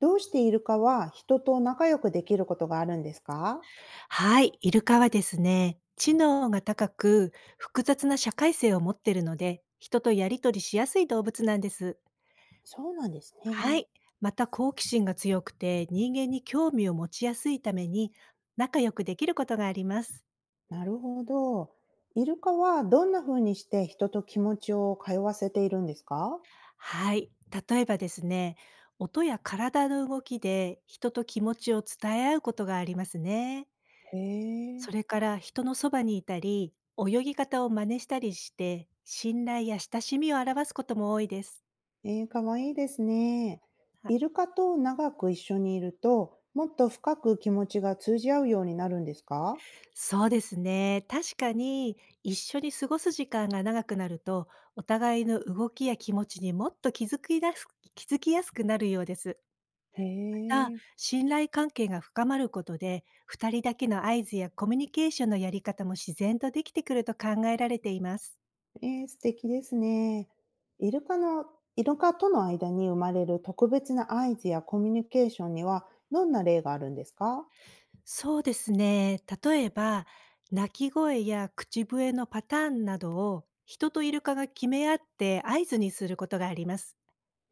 どうしてイルカは人と仲良くできることがあるんですか？はい、イルカはですね、知能が高く複雑な社会性を持っているので、人とやりとりしやすい動物なんです。そうなんですはね。い、また好奇心が強くて人間に興味を持ちやすいために仲良くできることがあります。なるほど。イルカはどんな風にして人と気持ちを通わせているんですか？はい、例えばですね、音や体の動きで人と気持ちを伝え合うことがありますね。へえ、それから人のそばにいたり、泳ぎ方を真似したりして、信頼や親しみを表すことも多いです。えー、かわいいですね。イルカと長く一緒にいると、もっと深く気持ちが通じ合うようになるんですか？そうですね。確かに一緒に過ごす時間が長くなると、お互いの動きや気持ちにもっと気づきやすくなるようです。へまた、え。信頼関係が深まることで、2人だけの合図やコミュニケーションのやり方も自然とできてくると考えられています。ええ、素敵ですね。イルカの、イルカとの間に生まれる特別な合図やコミュニケーションには、どんな例があるんですか？そうですね。例えば、泣き声や口笛のパターンなどを人とイルカが決め合って合図にすることがあります。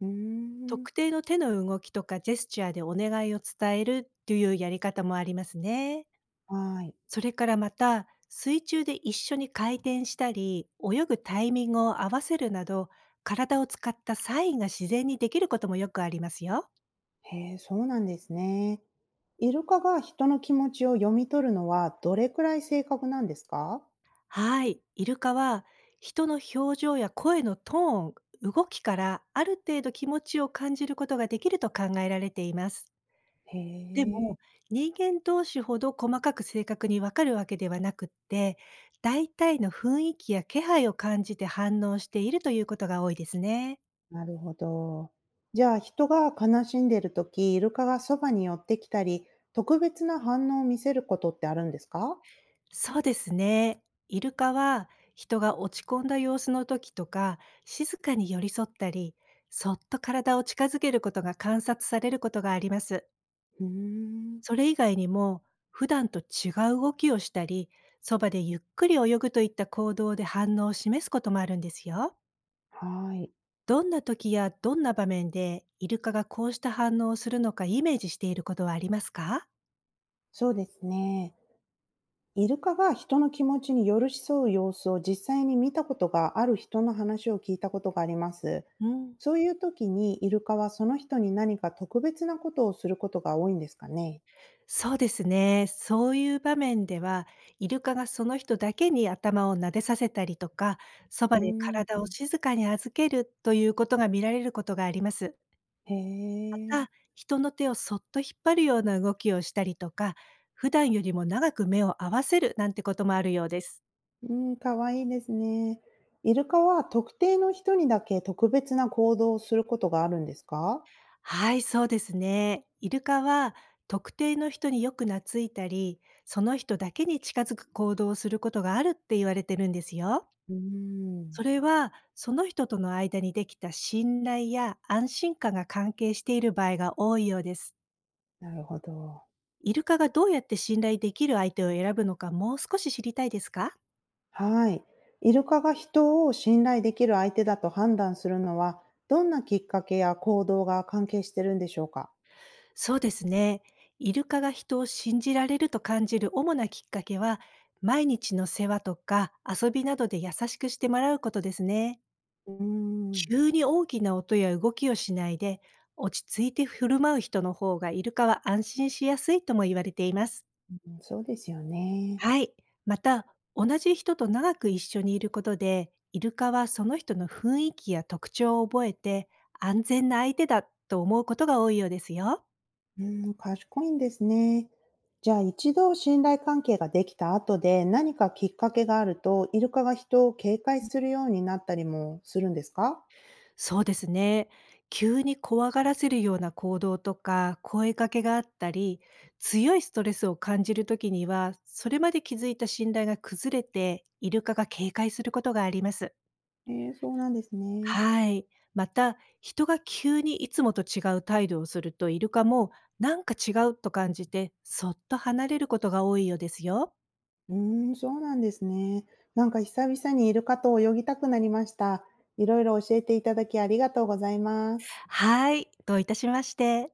うーん。特定の手の動きとかジェスチャーでお願いを伝えるというやり方もありますね。はい。それからまた、水中で一緒に回転したり、泳ぐタイミングを合わせるなど、体を使ったサインが自然にできることもよくありますよ。へえ、そうなんですね。イルカが人の気持ちを読み取るのは、どれくらい正確なんですか？はい。イルカは、人の表情や声のトーン、動きからある程度気持ちを感じることができると考えられています。へでえ。も、人間同士ほど細かく正確にわかるわけではなくって、大体の雰囲気や気配を感じて反応しているということが多いですね。なるほど。じゃあ、人が悲しんでいるときイルカがそばに寄ってきたり、特別な反応を見せることってあるんですか？そうですね。イルカは人が落ち込んだ様子の時とか、静かに寄り添ったり、そっと体を近づけることが観察されることがあります。うーん。それ以外にも、普段と違う動きをしたり、そばでゆっくり泳ぐといった行動で反応を示すこともあるんですよ。はい。どんな時やどんな場面でイルカがこうした反応をするのかイメージしていることはありますか？そうですね。イルカが人の気持ちに寄り添う様子を実際に見たことがある人の話を聞いたことがあります。うん、そういう時にイルカはその人に何か特別なことをすることが多いんですかね。そうですね。そういう場面では、イルカがその人だけに頭を撫でさせたりとか、そうばでー体ん。を静かに預けるということが見られることがあります。へまえ。た、人の手をそっと引っ張るような動きをしたりとか、普段よりも長く目を合わせるなんてこともあるようです。うん、かわいいですね。イルカは特定の人にだけ特別な行動をすることがあるんですか？はい、そうですね。イルカは特定の人によく懐いたり、その人だけに近づく行動をすることがあるって言われてるんですよ。うーん。それは、その人との間にできた信頼や安心感が関係している場合が多いようです。なるほど。イルカがどうやって信頼できる相手を選ぶのかもう少し知りたいですか。はい。イルカが人を信頼できる相手だと判断するのは、どんなきっかけや行動が関係してるんでしょうか？そうですね。イルカが人を信じられると感じる主なきっかけは、毎日の世話とか遊びなどで優しくしてもらうことですね。うーん、急に大きな音や動きをしないで、落ち着いて振る舞う人の方がイルカは安心しやすいとも言われています。そうですよね。はい。また、同じ人と長く一緒にいることで、イルカはその人の雰囲気や特徴を覚えて、安全な相手だと思うことが多いようですよ。うーん、賢いんですね。じゃあ一度信頼関係ができた後で何かきっかけがあると、イルカが人を警戒するようになったりもするんですか？そうですね。急に怖がらせるような行動とか声かけがあったり、強いストレスを感じるときには、それまで築いた信頼が崩れて、イルカが警戒することがあります。えー、そうなんですね。はい。また、人が急にいつもと違う態度をすると、イルカもなんか違うと感じて、そっと離れることが多いようですよ。うーん、そうなんですね。なんか久々にイルカと泳ぎたくなりました。いろいろ教えていただきありがとうございます。はい。どういたしまして。